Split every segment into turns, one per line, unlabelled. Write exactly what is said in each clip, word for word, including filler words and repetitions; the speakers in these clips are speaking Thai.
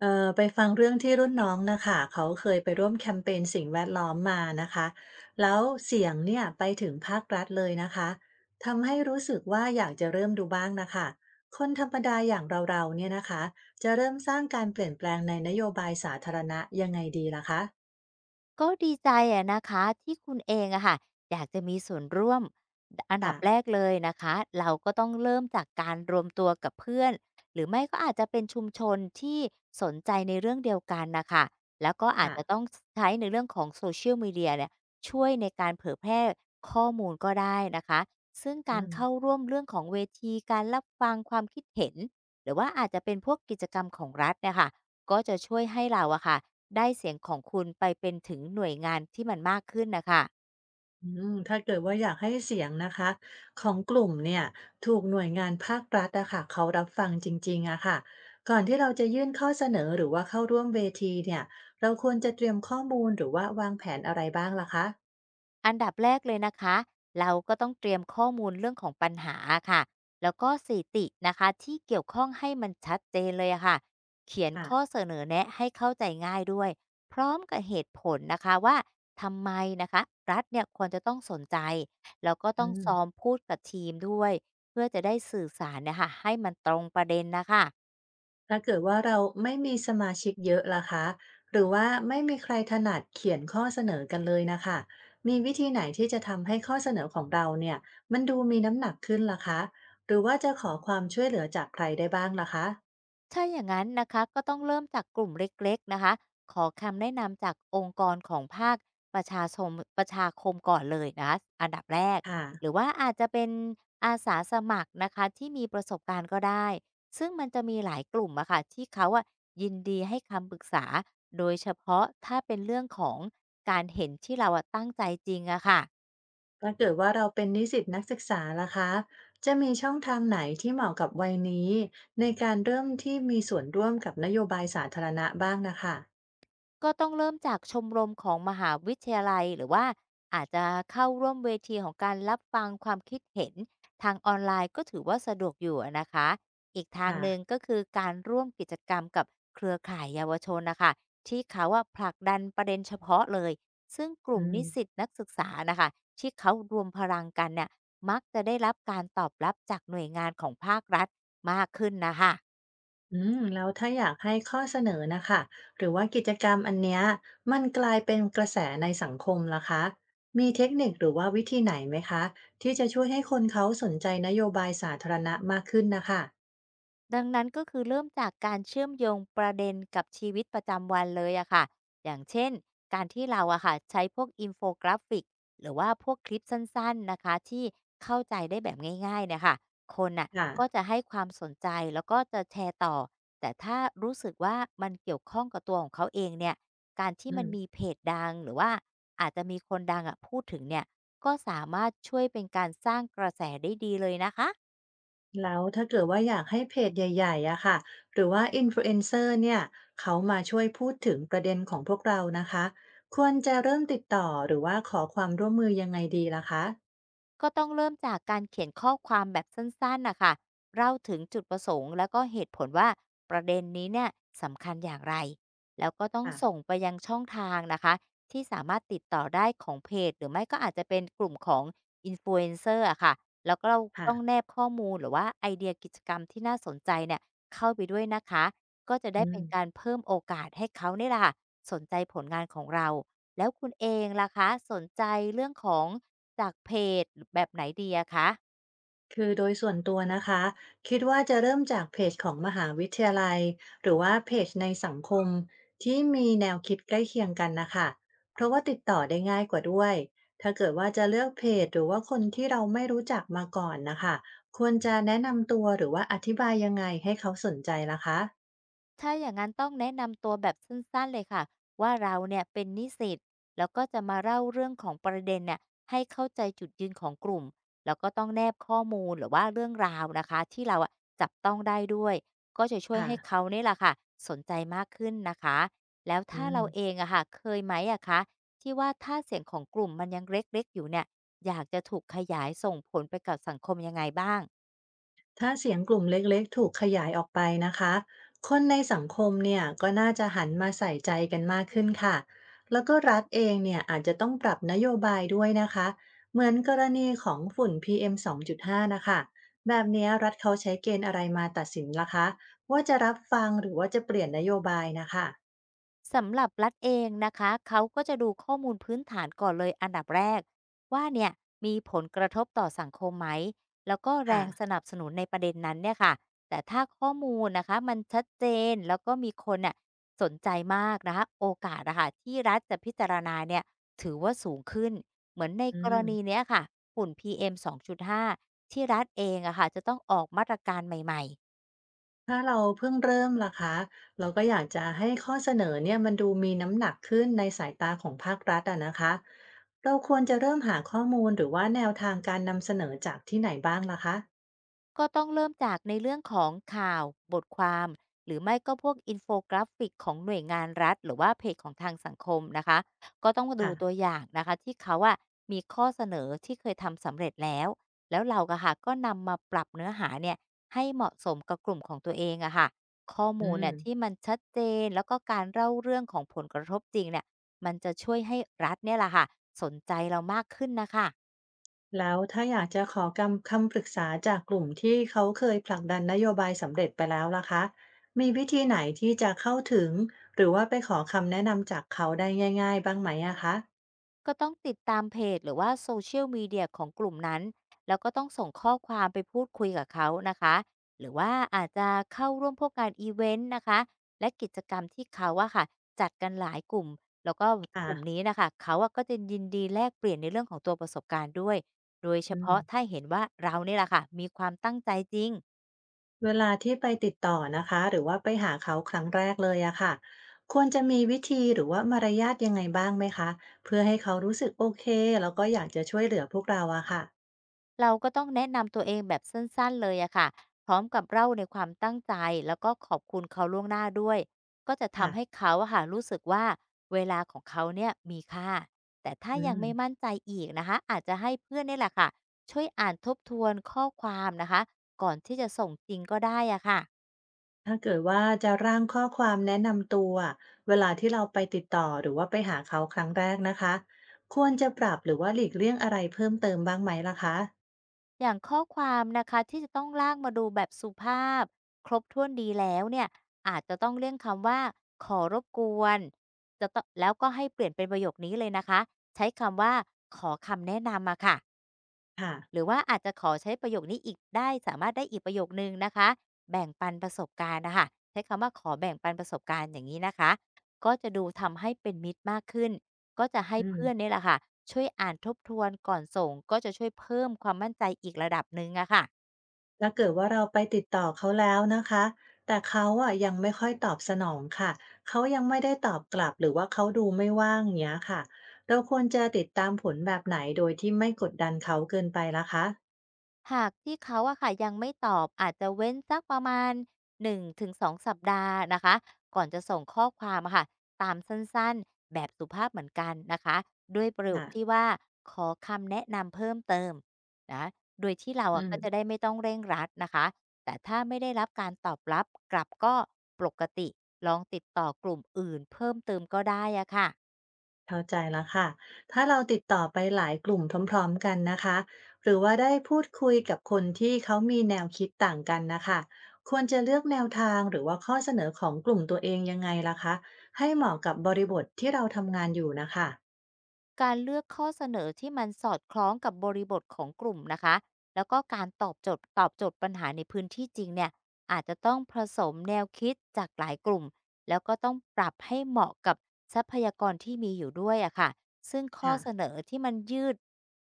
เอ่อไปฟังเรื่องที่รุ่นน้องนะค่ะเขาเคยไปร่วมแคมเปญสิ่งแวดล้อมมานะคะ แล้วเสียงเนี่ยไปถึงภาครัฐเลยนะคะ ทำให้รู้สึกว่าอยากจะเริ่มดูบ้างนะคะ คนธรรมดาอย่างเราๆเนี่ยนะคะจะเริ่มสร้างการเปลี่ยนแปลงในนโยบายสาธารณะยังไงดีล่ะคะ
ก็ดีใจอะนะคะที่คุณเองอะค่ะอยากจะมีส่วนร่วมอันดับ
ค่ะ
แรกเลยนะคะเราก็ต้องเริ่มจากการรวมตัวกับเพื่อนหรือไม่ก็อาจจะเป็นชุมชนที่สนใจในเรื่องเดียวกันน่ะค่ะแล้วก็อาจ
ค่ะ
จะต้องใช้ในเรื่องของ Social Media เนี่ยช่วยในการเผยแพร่ข้อมูลก็ได้นะคะซึ่งกา
อื
ร
ม
เข้าร่วมเรื่องของเวทีการรับฟังความคิดเห็นหรือว่าอาจจะเป็นพวกกิจกรรมของรัฐเนี่ยค่ะ ก็จะช่วยให้เราอะค่ะได้เสียงของคุณไปเป็นถึงหน่วยงานที่มันมากขึ้นนะคะ
อืมถ้าเกิดว่าอยากให้เสียงนะคะของกลุ่มเนี่ยถูกหน่วยงานภาครัฐอะค่ะเขารับฟังจริงๆอะค่ะก่อนที่เราจะยื่นข้อเสนอหรือว่าเข้าร่วมเวทีเนี่ยเราควรจะเตรียมข้อมูลหรือว่าวางแผนอะไรบ้างล่ะคะ
อันดับแรกเลยนะคะเราก็ต้องเตรียมข้อมูลเรื่องของปัญหาค่ะแล้วก็สถิตินะคะที่เกี่ยวข้องให้มันชัดเจนเลยอะค่ะเขียน
อ่ะ
ข้อเสนอแนะให้เข้าใจง่ายด้วยพร้อมกับเหตุผลนะคะว่าทำไมนะคะรัฐเนี่ยควรจะต้องสนใจแล้วก็ต้อ
อื
ง
ม
ซ้อมพูดกับทีมด้วยเพื่อจะได้สื่อสารเนะค่ะให้มันตรงประเด็นนะคะ
ถ้าเกิดว่าเราไม่มีสมาชิกเยอะล่ะคะหรือว่าไม่มีใครถนัดเขียนข้อเสนอกันเลยนะคะมีวิธีไหนที่จะทำให้ข้อเสนอของเราเนี่ยมันดูมีน้ำหนักขึ้นล่ะคะหรือว่าจะขอความช่วยเหลือจากใครได้บ้างล่ะคะ
ถ้าอย่างนั้นนะคะก็ต้องเริ่มจากกลุ่มเล็กๆนะคะขอคำแนะนำจากองค์กรของภาคประชาชมประชาคมก่อนเลยนะคะอันดับแรก
ค่ะ
หรือว่าอาจจะเป็นอาสาสมัครนะคะที่มีประสบการณ์ก็ได้ซึ่งมันจะมีหลายกลุ่มอะค่ะที่เขาอะยินดีให้คำปรึกษาโดยเฉพาะถ้าเป็นเรื่องของการเห็นที่เราอะตั้งใจจริงอะค่ะ
ถ้าเกิดว่าเราเป็นนิสิตนักศึกษาล่ะคะจะมีช่องทางไหนที่เหมาะกับวัยนี้ในการเริ่มที่มีส่วนร่วมกับนโยบายสาธารณะบ้างนะคะ
ก็ต้องเริ่มจากชมรมของมหาวิทยาลัยหรือว่าอาจจะเข้าร่วมเวทีของการรับฟังความคิดเห็นทางออนไลน์ก็ถือว่าสะดวกอยู่อะนะคะอีกทาง
ค่ะ
หนึ่งก็คือการร่วมกิจกรรมกับเครือข่ายเยาวชนนะคะที่เขาว่าผลักดันประเด็นเฉพาะเลยซึ่งก
อื
ลุ่ม
ม
นิสิตนักศึกษานะคะที่เขารวมพลังกันเนี่ยมักจะได้รับการตอบรับจากหน่วยงานของภาครัฐมากขึ้นนะคะ
อืมแล้วถ้าอยากให้ข้อเสนอนะคะหรือว่ากิจกรรมอันเนี้ยมันกลายเป็นกระแสในสังคมล่ะคะมีเทคนิคหรือว่าวิธีไหนไหมคะที่จะช่วยให้คนเขาสนใจนโยบายสาธารณะมากขึ้นนะคะ
ดังนั้นก็คือเริ่มจากการเชื่อมโยงประเด็นกับชีวิตประจำวันเลยอะค่ะอย่างเช่นการที่เราอะค่ะใช้พวกอินโฟกราฟิกหรือว่าพวกคลิปสั้นๆนะคะที่เข้าใจได้แบบง่ายๆเนะคะคนน่ะ
ค่ะ
ก็จะให้ความสนใจแล้วก็จะแชร์ต่อ แต่ถ้ารู้สึกว่ามันเกี่ยวข้องกับตัวของเขาเองเนี่ยการที่
อื
มั
ม
นมีเพจดังหรือว่าอาจจะมีคนดังอะพูดถึงเนี่ยก็สามารถช่วยเป็นการสร้างกระแสได้ดีเลยนะคะ
แล้วถ้าเกิดว่าอยากให้เพจใหญ่ๆอะค่ะหรือว่าอินฟลูเอนเซอร์เนี่ยเขามาช่วยพูดถึงประเด็นของพวกเรานะคะควรจะเริ่มติดต่อหรือว่าขอความร่วมมือยังไงดีล่ะคะ
ก็ต้องเริ่มจากการเขียนข้อความแบบสั้นๆนะคะเล่าถึงจุดประสงค์แล้วก็เหตุผลว่าประเด็นนี้เนี่ยสำคัญอย่างไร แล้วก็ต้องส่ง
ค่ะ
ไปยังช่องทางนะคะที่สามารถติดต่อได้ของเพจหรือไม่ก็อาจจะเป็นกลุ่มของอินฟลูเอนเซอร์อะค่ะ แล้วก็เรา
ค่ะ
ต้องแนบข้อมูลหรือว่าไอเดียกิจกรรมที่น่าสนใจเนี่ยเข้าไปด้วยนะคะก็จะได้
อื
เป็น
ม
การเพิ่มโอกาสให้เขาเนี่ยล่ะค่ะสนใจผลงานของเราแล้วคุณเองล่ะคะสนใจเรื่องของ จากเพจแบบไหนดีอะคะ
คือโดยส่วนตัวนะคะคิดว่าจะเริ่มจากเพจของมหาวิทยาลัยหรือว่าเพจในสังคมที่มีแนวคิดใกล้เคียงกันนะคะเพราะว่าติดต่อได้ง่ายกว่าด้วยถ้าเกิดว่าจะเลือกเพจหรือว่าคนที่เราไม่รู้จักมาก่อนนะคะควรจะแนะนำตัวหรือว่าอธิบายยังไงให้เขาสนใจล่ะคะ
ถ้าอย่างงั้นต้องแนะนำตัวแบบสั้นๆเลยค่ะว่าเราเนี่ยเป็นนิสิตแล้วก็จะมาเล่าเรื่องของประเด็นเนี่ยให้เข้าใจจุดยืนของกลุ่มแล้วก็ต้องแนบข้อมูลหรือว่าเรื่องราวนะคะที่เราอะจับต้องได้ด้วยก็จะช่วย
ค่ะ
ให้เขาเนี่ยแหละค่ะสนใจมากขึ้นนะคะแล้ว
อื
ถ้า
ม
เราเองอะค่ะเคยไหมอะคะที่ว่าถ้าเสียงของกลุ่มมันยังเล็กๆอยู่เนี่ยอยากจะถูกขยายส่งผลไปกับสังคมยังไงบ้าง
ถ้าเสียงกลุ่มเล็กๆถูกขยายออกไปนะคะ คนในสังคมเนี่ยก็น่าจะหันมาใส่ใจกันมากขึ้นค่ะ แล้วก็รัฐเองเนี่ยอาจจะต้องปรับนโยบายด้วยนะคะ เหมือนกรณีของฝุ่น พี เอ็ม สองจุดห้านะคะ แบบเนี้ยรัฐเขาใช้เกณฑ์อะไรมาตัดสินล่ะคะ ว่าจะรับฟังหรือว่าจะเปลี่ยนนโยบายนะคะ
สำหรับรัฐเองนะคะเขาก็จะดูข้อมูลพื้นฐานก่อนเลยอันดับแรกว่าเนี่ยมีผลกระทบต่อสังคมไหมแล้วก็แร
ค่ะ
งสนับสนุนในประเด็นนั้นเนี่ยค่ะแต่ถ้าข้อมูลนะคะมันชัดเจนแล้วก็มีคนน่ะสนใจมากนะคะโอกาสนะคะที่รัฐจะพิจารณาเนี่ยถือว่าสูงขึ้นเหมือนใน
อื
กร
ม
ณีเนี้ยค่ะฝุ่น พี เอ็ม สองจุดห้าที่รัฐเองอะค่ะจะต้องออกมาตรการใหม่ๆ
ถ้าเราเพิ่งเริ่มล่ะคะเราก็อยากจะให้ข้อเสนอเนี่ยมันดูมีน้ำหนักขึ้นในสายตาของภาครัฐอะนะคะเราควรจะเริ่มหาข้อมูลหรือว่าแนวทางการนำเสนอจากที่ไหนบ้างล่ะคะ
ก็ต้องเริ่มจากในเรื่องของข่าวบทความหรือไม่ก็พวกอินโฟกราฟิกของหน่วยงานรัฐหรือว่าเพจของทางสังคมนะคะก็ต้องดู
ค่ะ
ตัวอย่างนะคะที่เขาอะมีข้อเสนอที่เคยทำสำเร็จแล้วแล้วเราก็ค่ะก็นำมาปรับเนื้อหาเนี่ยให้เหมาะสมกับกลุ่มของตัวเองอะค่ะข้อ
อื
มูลเนี่
ม
ยที่มันชัดเจนแล้วก็การเล่าเรื่องของผลกระทบจริงเนี่ยมันจะช่วยให้รัฐเนี่ยแหละค่ะสนใจเรามากขึ้นนะคะ
แล้วถ้าอยากจะขอกำคำปรึกษาจากกลุ่มที่เขาเคยผลักดันนโยบายสำเร็จไปแล้วล่ะคะมีวิธีไหนที่จะเข้าถึงหรือว่าไปขอคำแนะนำจากเขาได้ง่ายๆบ้างไหมอะคะ
ก็ต้องติดตามเพจหรือว่า Social Media ของกลุ่มนั้นแล้วก็ต้องส่งข้อความไปพูดคุยกับเขานะคะหรือว่าอาจจะเข้าร่วมพวกงานอีเวนต์นะคะและกิจกรรมที่เขาว่าค่ะจัดกันหลายกลุ่มแล้วก็
ค่ะ
กลุ่มนี้นะคะเขาอะก็จะยินดีแลกเปลี่ยนในเรื่องของตัวประสบการณ์ด้วยโดยเฉ
อืม
พาะถ้าเห็นว่าเราเนี่ยแหละค่ะมีความตั้งใจจริง
เวลาที่ไปติดต่อนะคะหรือว่าไปหาเขาครั้งแรกเลยอะค่ะควรจะมีวิธีหรือว่ามารยาทยังไงบ้างไหมคะเพื่อให้เขารู้สึกโอเคแล้วก็อยากจะช่วยเหลือพวกเราอะค่ะ
เราก็ต้องแนะนำตัวเองแบบสั้นๆเลยอะค่ะ พร้อมกับเล่าในความตั้งใจแล้วก็ขอบคุณเขาล่วงหน้าด้วย ก็จะทำให้
ค่ะ
เขาอะค่ะรู้สึกว่าเวลาของเขาเนี่ยมีค่า แต่ถ้า
อื
ยัง
ม
ไม่มั่นใจอีกนะคะอาจจะให้เพื่อนเนี่ยแหละค่ะช่วยอ่านทบทวนข้อความนะคะก่อนที่จะส่งจริงก็ได้อะค่ะ
ถ้าเกิดว่าจะร่างข้อความแนะนำตัวเวลาที่เราไปติดต่อหรือว่าไปหาเขาครั้งแรกนะคะควรจะปรับหรือว่าหลีกเลี่ยงอะไรเพิ่มเติมบ้างไหมล่ะคะ
อย่างข้อความนะคะที่จะต้องลากมาดูแบบสุภาพครบถ้วนดีแล้วเนี่ยอาจจะต้องเลี่ยงคำว่าขอรบกวนจะต้องแล้วก็ให้เปลี่ยนเป็นประโยคนี้เลยนะคะใช้คำว่าขอคำแนะนำมาค่ะ
ค่ะ
หรือว่าอาจจะขอใช้ประโยคนี้อีกได้สามารถได้อีกประโยคนึงนะคะแบ่งปันประสบการณ์นะคะใช้คำว่าขอแบ่งปันประสบการณ์อย่างงี้นะคะก็จะดูทำให้เป็นมิตรมากขึ้นก็จะให้
อืม
เพื่อนเนี่ยแหละค่ะช่วยอ่านทบทวนก่อนส่งก็จะช่วยเพิ่มความมั่นใจอีกระดับหนึ่งอะค่ะ
ถ้าเกิดว่าเราไปติดต่อเขาแล้วนะคะ แต่เขาอะยังไม่ค่อยตอบสนองค่ะ เขายังไม่ได้ตอบกลับหรือว่าเขาดูไม่ว่างเงี้ยค่ะเราควรจะติดตามผลแบบไหนโดยที่ไม่กดดันเขาเกินไปล่ะคะ
หากที่เขาอะค่ะยังไม่ตอบอาจจะเว้นสักประมาณหนึ่งถึงสองสองสัปดาห์นะคะก่อนจะส่งข้อความอะค่ะตามสั้นๆแบบสุภาพเหมือนกันนะคะด้วยประโยค
ค่ะ
ที่ว่าขอคำแนะนำเพิ่มเติมนะโดยที่เรา
อื
อะ
ม
ก็จะได้ไม่ต้องเร่งรัดนะคะแต่ถ้าไม่ได้รับการตอบรับกลับก็ปกติลองติดต่อกลุ่มอื่นเพิ่มเติมก็ได้อะค่ะ
เข้าใจแล้วค่ะถ้าเราติดต่อไปหลายกลุ่มพร้อมๆกันนะคะหรือว่าได้พูดคุยกับคนที่เขามีแนวคิดต่างกันนะคะ ควรจะเลือกแนวทางหรือว่าข้อเสนอของกลุ่มตัวเองยังไงล่ะคะให้เหมาะกับบริบทที่เราทำงานอยู่นะคะ
การเลือกข้อเสนอที่มันสอดคล้องกับบริบทของกลุ่มนะคะ แล้วก็การตอบโจทย์ตอบโจทย์ปัญหาในพื้นที่จริงเนี่ยอาจจะต้องผสมแนวคิดจากหลายกลุ่ม แล้วก็ต้องปรับให้เหมาะกับทรัพยากรที่มีอยู่ด้วยอะค่ะซึ่งข้อ
ค่ะ
เสนอที่มันยืด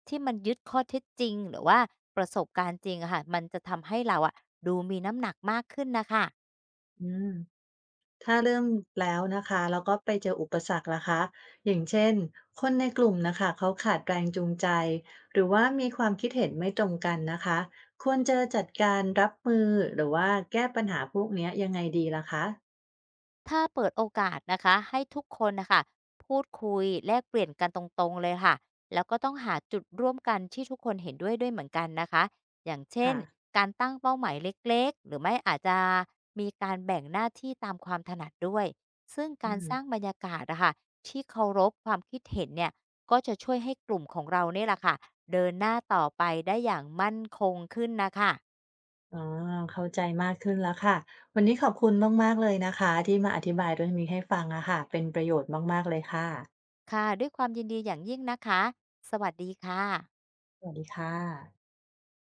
ที่มันยึดข้อเท็จจริงหรือว่าประสบการณ์จริงอะค่ะมันจะทำให้เราอะดูมีน้ำหนักมากขึ้นนะคะ
อืมถ้าเริ่มแล้วนะคะ แล้วก็ไปเจออุปสรรคล่ะคะ อย่างเช่น คนในกลุ่มนะคะเขาขาดแรงจูงใจ หรือว่ามีความคิดเห็นไม่ตรงกันนะคะควรจะจัดการรับมือ หรือว่าแก้ปัญหาพวกเนี้ยยังไงดีล่ะคะ
ถ้าเปิดโอกาสนะคะให้ทุกคนนะคะพูดคุยแลกเปลี่ยนกันตรงๆเลยค่ะแล้วก็ต้องหาจุดร่วมกันที่ทุกคนเห็นด้วยด้วยเหมือนกันนะคะอย่างเช่น
ค่ะ
การตั้งเป้าหมายเล็กๆหรือไม่อาจจะมีการแบ่งหน้าที่ตามความถนัดด้วยซึ่ง
อื
การ
ม
สร้างบรรยากาศนะคะที่เคารพความคิดเห็นเนี่ยก็จะช่วยให้กลุ่มของเราเนี่ยแหละค่ะเดินหน้าต่อไปได้อย่างมั่นคงขึ้นนะคะ
อ๋อเข้าใจมากขึ้นแล้วค่ะ วันนี้ขอบคุณมากๆเลยนะคะ ที่มาอธิบายเรื่องนี้ให้ฟังอะค่ะเป็นประโยชน์มากๆเลยค่ะ
ค่ะด้วยความยินดีอย่างยิ่งนะคะสวัสดีค่ะ
สวัสดีค่ะ